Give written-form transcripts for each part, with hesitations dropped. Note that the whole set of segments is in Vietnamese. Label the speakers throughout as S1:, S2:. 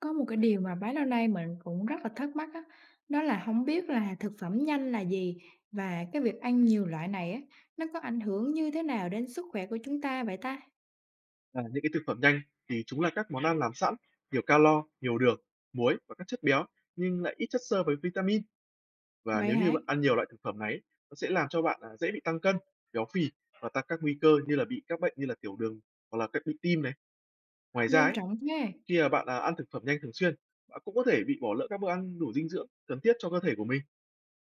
S1: Có một cái điều mà bấy lâu nay mình cũng rất là thắc mắc á, đó là không biết là thực phẩm nhanh là gì? Và cái việc ăn nhiều loại này á, nó có ảnh hưởng như thế nào đến sức khỏe của chúng ta?
S2: À, những cái thực phẩm nhanh thì chúng là các món ăn làm sẵn, nhiều calo, nhiều đường, muối và các chất béo nhưng lại ít chất xơ với vitamin, và
S1: Vậy
S2: nếu như
S1: hả?
S2: bạn ăn nhiều loại thực phẩm này, nó sẽ làm cho bạn dễ bị tăng cân, béo phì và tăng các nguy cơ như là bị các bệnh như là tiểu đường hoặc là các bệnh tim này. Ngoài ra
S1: Nghiêm
S2: ấy,
S1: trọng thế, à?
S2: khi mà bạn ăn thực phẩm nhanh thường xuyên, bạn cũng có thể bị bỏ lỡ các bữa ăn đủ dinh dưỡng cần thiết cho cơ thể của mình.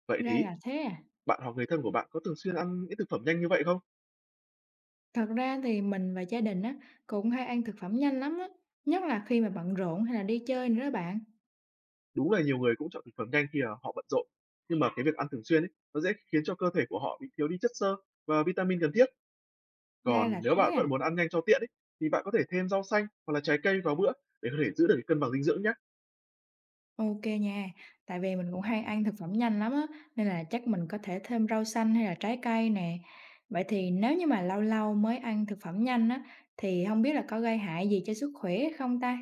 S2: Vậy
S1: Ra
S2: thì
S1: là thế à?
S2: bạn hoặc người thân của bạn có thường xuyên ăn những thực phẩm nhanh như vậy không?
S1: Thật ra thì mình và gia đình á, cũng hay ăn thực phẩm nhanh lắm á, nhất là khi mà bận rộn hay là đi chơi nữa đó bạn.
S2: Đúng là nhiều người cũng chọn thực phẩm nhanh khi, họ bận rộn, nhưng mà cái việc ăn thường xuyên ấy, nó dễ khiến cho cơ thể của họ bị thiếu đi chất xơ và vitamin cần thiết.
S1: Ra
S2: Còn
S1: là
S2: nếu
S1: thế
S2: bạn
S1: à?
S2: vẫn muốn ăn nhanh cho tiện ấy, thì bạn có thể thêm rau xanh hoặc là trái cây vào bữa để có thể giữ được cái cân bằng dinh dưỡng nhé.
S1: OK nha, tại vì mình cũng hay ăn thực phẩm nhanh lắm á, nên là chắc mình có thể thêm rau xanh hay là trái cây nè. Vậy thì nếu như mà lâu lâu mới ăn thực phẩm nhanh á, thì không biết là có gây hại gì cho sức khỏe không ta?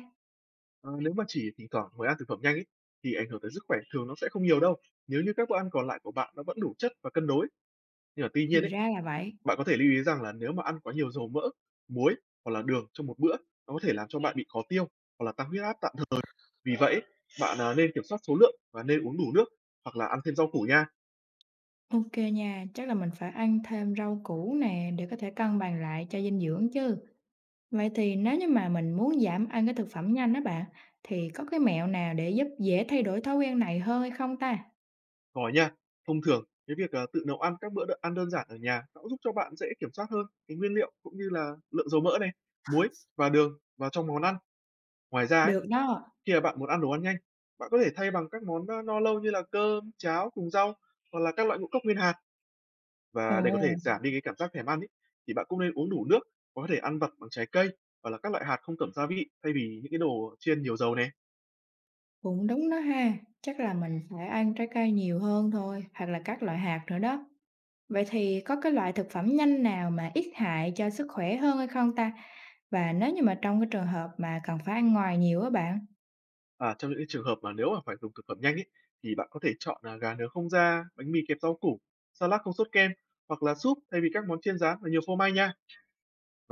S2: Ờ, nếu mà chỉ thỉnh thoảng mới ăn thực phẩm nhanh ấy, thì ảnh hưởng tới sức khỏe thường nó sẽ không nhiều đâu, nếu như các bữa ăn còn lại của bạn nó vẫn đủ chất và cân đối. Nhưng mà tuy nhiên
S1: Thì
S2: ấy,
S1: ra là vậy.
S2: bạn có thể lưu ý rằng là nếu mà ăn quá nhiều dầu mỡ, muối hoặc là đường trong một bữa, nó có thể làm cho bạn bị khó tiêu hoặc là tăng huyết áp tạm. Vì vậy, bạn, nên kiểm soát số lượng và nên uống đủ nước hoặc là ăn thêm rau củ nha,
S1: OK nha, chắc là mình phải ăn thêm rau củ nè để có thể cân bằng lại cho dinh dưỡng chứ. Vậy thì nếu như mà mình muốn giảm ăn cái thực phẩm nhanh đó bạn, thì có cái mẹo nào để giúp dễ thay đổi thói quen này hơn hay không ta?
S2: ngòi nha. Thông thường, cái việc, tự nấu ăn các bữa ăn đơn giản ở nhà nó cũng giúp cho bạn dễ kiểm soát hơn cái nguyên liệu cũng như là lượng dầu mỡ này, muối và đường vào trong món ăn. Ngoài ra ấy,
S1: Được đó.
S2: khi mà bạn muốn ăn đồ ăn nhanh, bạn có thể thay bằng các món, no lâu như là cơm, cháo cùng rau hoặc là các loại ngũ cốc nguyên hạt.
S1: Ồ.
S2: Và để có thể giảm đi cái cảm giác thèm ăn ấy, thì bạn cũng nên uống đủ nước, có thể ăn vặt bằng trái cây hoặc là các loại hạt không tẩm gia vị thay vì những cái đồ chiên nhiều dầu này.
S1: Cũng đúng đó ha, chắc là mình phải ăn trái cây nhiều hơn thôi, hoặc là các loại hạt nữa đó. Vậy thì có cái loại thực phẩm nhanh nào mà ít hại cho sức khỏe hơn hay không ta? Và nếu như mà trong cái trường hợp mà cần phải ăn ngoài nhiều á bạn,
S2: À, trong những cái trường hợp mà nếu mà phải dùng thực phẩm nhanh ấy, thì bạn có thể chọn là gà nướng không da, bánh mì kẹp rau củ, salad không sốt kem hoặc là súp thay vì các món chiên rán và nhiều phô mai nha.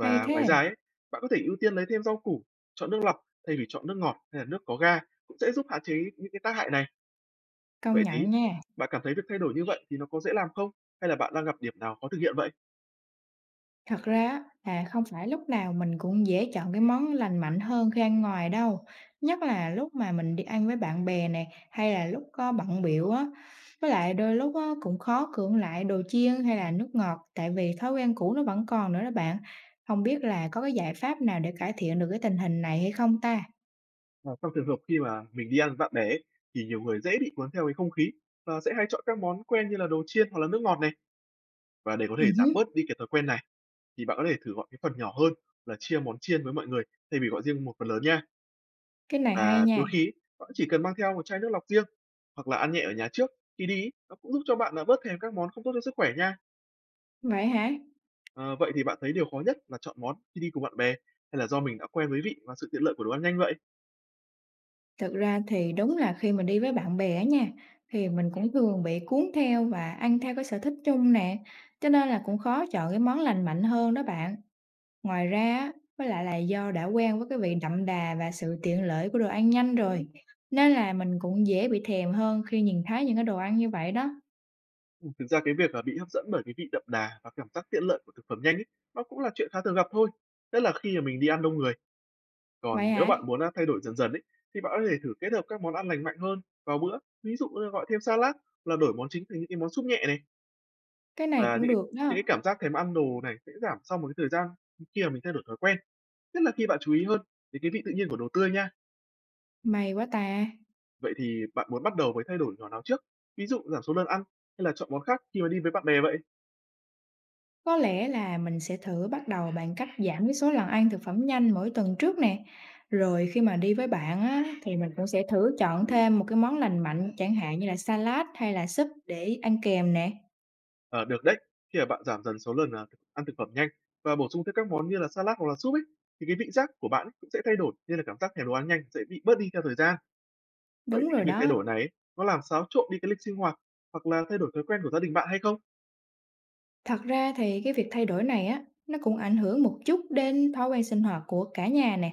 S1: hay
S2: ngoài
S1: thế,
S2: ra ấy, bạn có thể ưu tiên lấy thêm rau củ, chọn nước lọc thay vì chọn nước ngọt hay là nước có ga cũng sẽ giúp hạn chế những cái tác hại này.
S1: công
S2: Vậy thì
S1: nhận nha.
S2: bạn cảm thấy việc thay đổi như vậy thì nó có dễ làm không? Hay là bạn đang gặp điểm nào khó thực hiện vậy?
S1: Thật ra á, là không phải lúc nào mình cũng dễ chọn cái món lành mạnh hơn khi ăn ngoài đâu. Nhất là lúc mà mình đi ăn với bạn bè nè, hay là lúc có bận biểu á. Với lại đôi lúc á, cũng khó cưỡng lại đồ chiên hay là nước ngọt, tại vì thói quen cũ nó vẫn còn nữa đó bạn. Không biết là có cái giải pháp nào để cải thiện được cái tình hình này hay không ta?
S2: À, trong trường hợp khi mà mình đi ăn với bạn bè ấy, thì nhiều người dễ bị cuốn theo cái không khí và sẽ hay chọn các món quen như là đồ chiên hoặc là nước ngọt này, và để có
S1: Ừ
S2: thể giảm
S1: hứ,
S2: bớt đi cái thói quen này thì bạn có thể thử gọi cái phần nhỏ hơn, là chia món chiên với mọi người thay vì gọi riêng một phần lớn nha.
S1: cái này hay
S2: Và
S1: nha.
S2: đôi khi ấy, bạn chỉ cần mang theo một chai nước lọc riêng hoặc là ăn nhẹ ở nhà trước khi đi ấy, nó cũng giúp cho bạn là bớt thèm các món không tốt cho sức khỏe nha.
S1: Vậy hả?
S2: Ờ, vậy thì bạn thấy điều khó nhất là chọn món khi đi cùng bạn bè, hay là do mình đã quen với vị và sự tiện lợi của đồ ăn nhanh vậy?
S1: Thực ra thì đúng là khi mình đi với bạn bè á nha, thì mình cũng thường bị cuốn theo và ăn theo cái sở thích chung nè, cho nên là cũng khó chọn cái món lành mạnh hơn đó bạn. Ngoài ra á, với lại là do đã quen với cái vị đậm đà và sự tiện lợi của đồ ăn nhanh rồi, nên là mình cũng dễ bị thèm hơn khi nhìn thấy những cái đồ ăn như vậy đó.
S2: Ừ, thực ra cái việc là bị hấp dẫn bởi cái vị đậm đà và cảm giác tiện lợi của thực phẩm nhanh ấy, nó cũng là chuyện khá thường gặp thôi. Tức là khi mà mình đi ăn đông người.
S1: Vậy
S2: Còn nếu
S1: hả?
S2: bạn muốn, thay đổi dần dần ấy, thì bạn có thể thử kết hợp các món ăn lành mạnh hơn vào bữa, ví dụ như gọi thêm salad hoặc là đổi món chính thành những cái món súp nhẹ này.
S1: Cái này
S2: Và
S1: cũng
S2: những cái
S1: được
S2: những
S1: đó,
S2: cái cảm giác thèm ăn đồ này sẽ giảm sau một cái thời gian khi mà mình thay đổi thói quen, nhất là khi bạn chú ý hơn đến cái vị tự nhiên của đồ tươi nha.
S1: may quá ta.
S2: Vậy thì bạn muốn bắt đầu với thay đổi nhỏ nào trước? Ví dụ giảm số lần ăn, hay là chọn món khác khi mà đi với bạn bè vậy?
S1: Có lẽ là mình sẽ thử bắt đầu bằng cách giảm cái số lần ăn thực phẩm nhanh mỗi tuần trước nè. Rồi khi mà đi với bạn á, thì mình cũng sẽ thử chọn thêm một cái món lành mạnh, chẳng hạn như là salad hay là súp để ăn kèm nè.
S2: Ờ, được đấy, khi mà bạn giảm dần số lần, à, thực ăn thực phẩm nhanh và bổ sung thêm các món như là salad hoặc là súp ấy, thì cái vị giác của bạn ấy cũng sẽ thay đổi, nên là cảm giác thèm đồ ăn nhanh sẽ bị bớt đi theo thời gian. Vậy
S1: Đúng
S2: thì cái
S1: rồi
S2: việc thay
S1: đó.
S2: đổi này ấy, nó làm xáo trộn đi cái lịch sinh hoạt hoặc là thay đổi thói quen của gia đình bạn hay không?
S1: Thật ra thì cái việc thay đổi này á, nó cũng ảnh hưởng một chút đến thói quen sinh hoạt của cả nhà nè.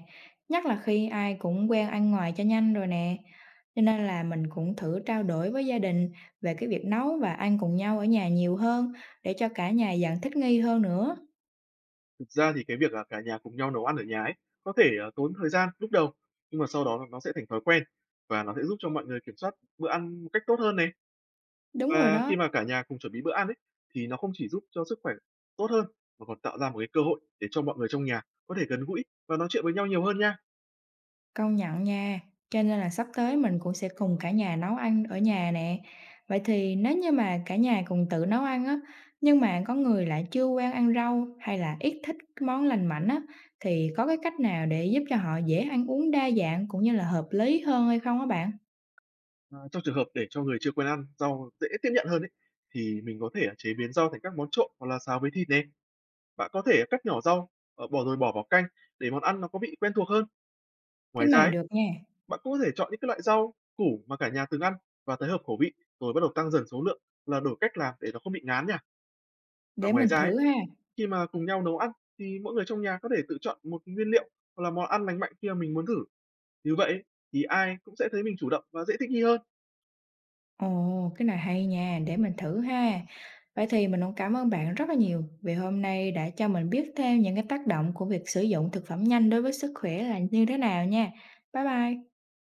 S1: Nhất là khi ai cũng quen ăn ngoài cho nhanh rồi nè. Cho nên là mình cũng thử trao đổi với gia đình về cái việc nấu và ăn cùng nhau ở nhà nhiều hơn để cho cả nhà dần thích nghi hơn nữa.
S2: Thực ra thì cái việc là cả nhà cùng nhau nấu ăn ở nhà ấy, có thể, tốn thời gian lúc đầu, nhưng mà sau đó là nó sẽ thành thói quen và nó sẽ giúp cho mọi người kiểm soát bữa ăn một cách tốt hơn này.
S1: Đúng rồi
S2: Và
S1: đó.
S2: khi mà cả nhà cùng chuẩn bị bữa ăn ấy, thì nó không chỉ giúp cho sức khỏe tốt hơn mà còn tạo ra một cái cơ hội để cho mọi người trong nhà có thể gần gũi và nói chuyện với nhau nhiều hơn nha.
S1: Công nhận nha, cho nên là sắp tới mình cũng sẽ cùng cả nhà nấu ăn ở nhà nè. Vậy thì nếu như mà cả nhà cùng tự nấu ăn á, nhưng mà có người lại chưa quen ăn rau hay là ít thích cái món lành mạnh á, thì có cái cách nào để giúp cho họ dễ ăn uống đa dạng cũng như là hợp lý hơn hay không á bạn?
S2: Ờ, trong trường hợp để cho người chưa quen ăn rau dễ tiếp nhận hơn ấy, thì mình có thể chế biến rau thành các món trộn hoặc là xào với thịt nè. Bạn có thể cắt nhỏ rau, bỏ vào canh để món ăn nó có vị quen thuộc hơn.
S1: Cái
S2: Ngoài ra
S1: này
S2: ấy,
S1: được nha,
S2: bạn cũng có thể chọn những cái loại rau, củ mà cả nhà từng ăn và thấy hợp khẩu vị, rồi bắt đầu tăng dần số lượng, là đổi cách làm để nó không bị ngán nha. Và
S1: để
S2: ngoài
S1: mình
S2: ra ấy,
S1: thử ha.
S2: khi mà cùng nhau nấu ăn thì mỗi người trong nhà có thể tự chọn một nguyên liệu hoặc là món ăn lành mạnh khi mà mình muốn thử. Như vậy ấy, thì ai cũng sẽ thấy mình chủ động và dễ thích nghi hơn.
S1: Ồ, cái này hay nha, để mình thử ha. Vậy thì mình cũng cảm ơn bạn rất là nhiều vì hôm nay đã cho mình biết thêm những cái tác động của việc sử dụng thực phẩm nhanh đối với sức khỏe là như thế nào nha. Bye bye.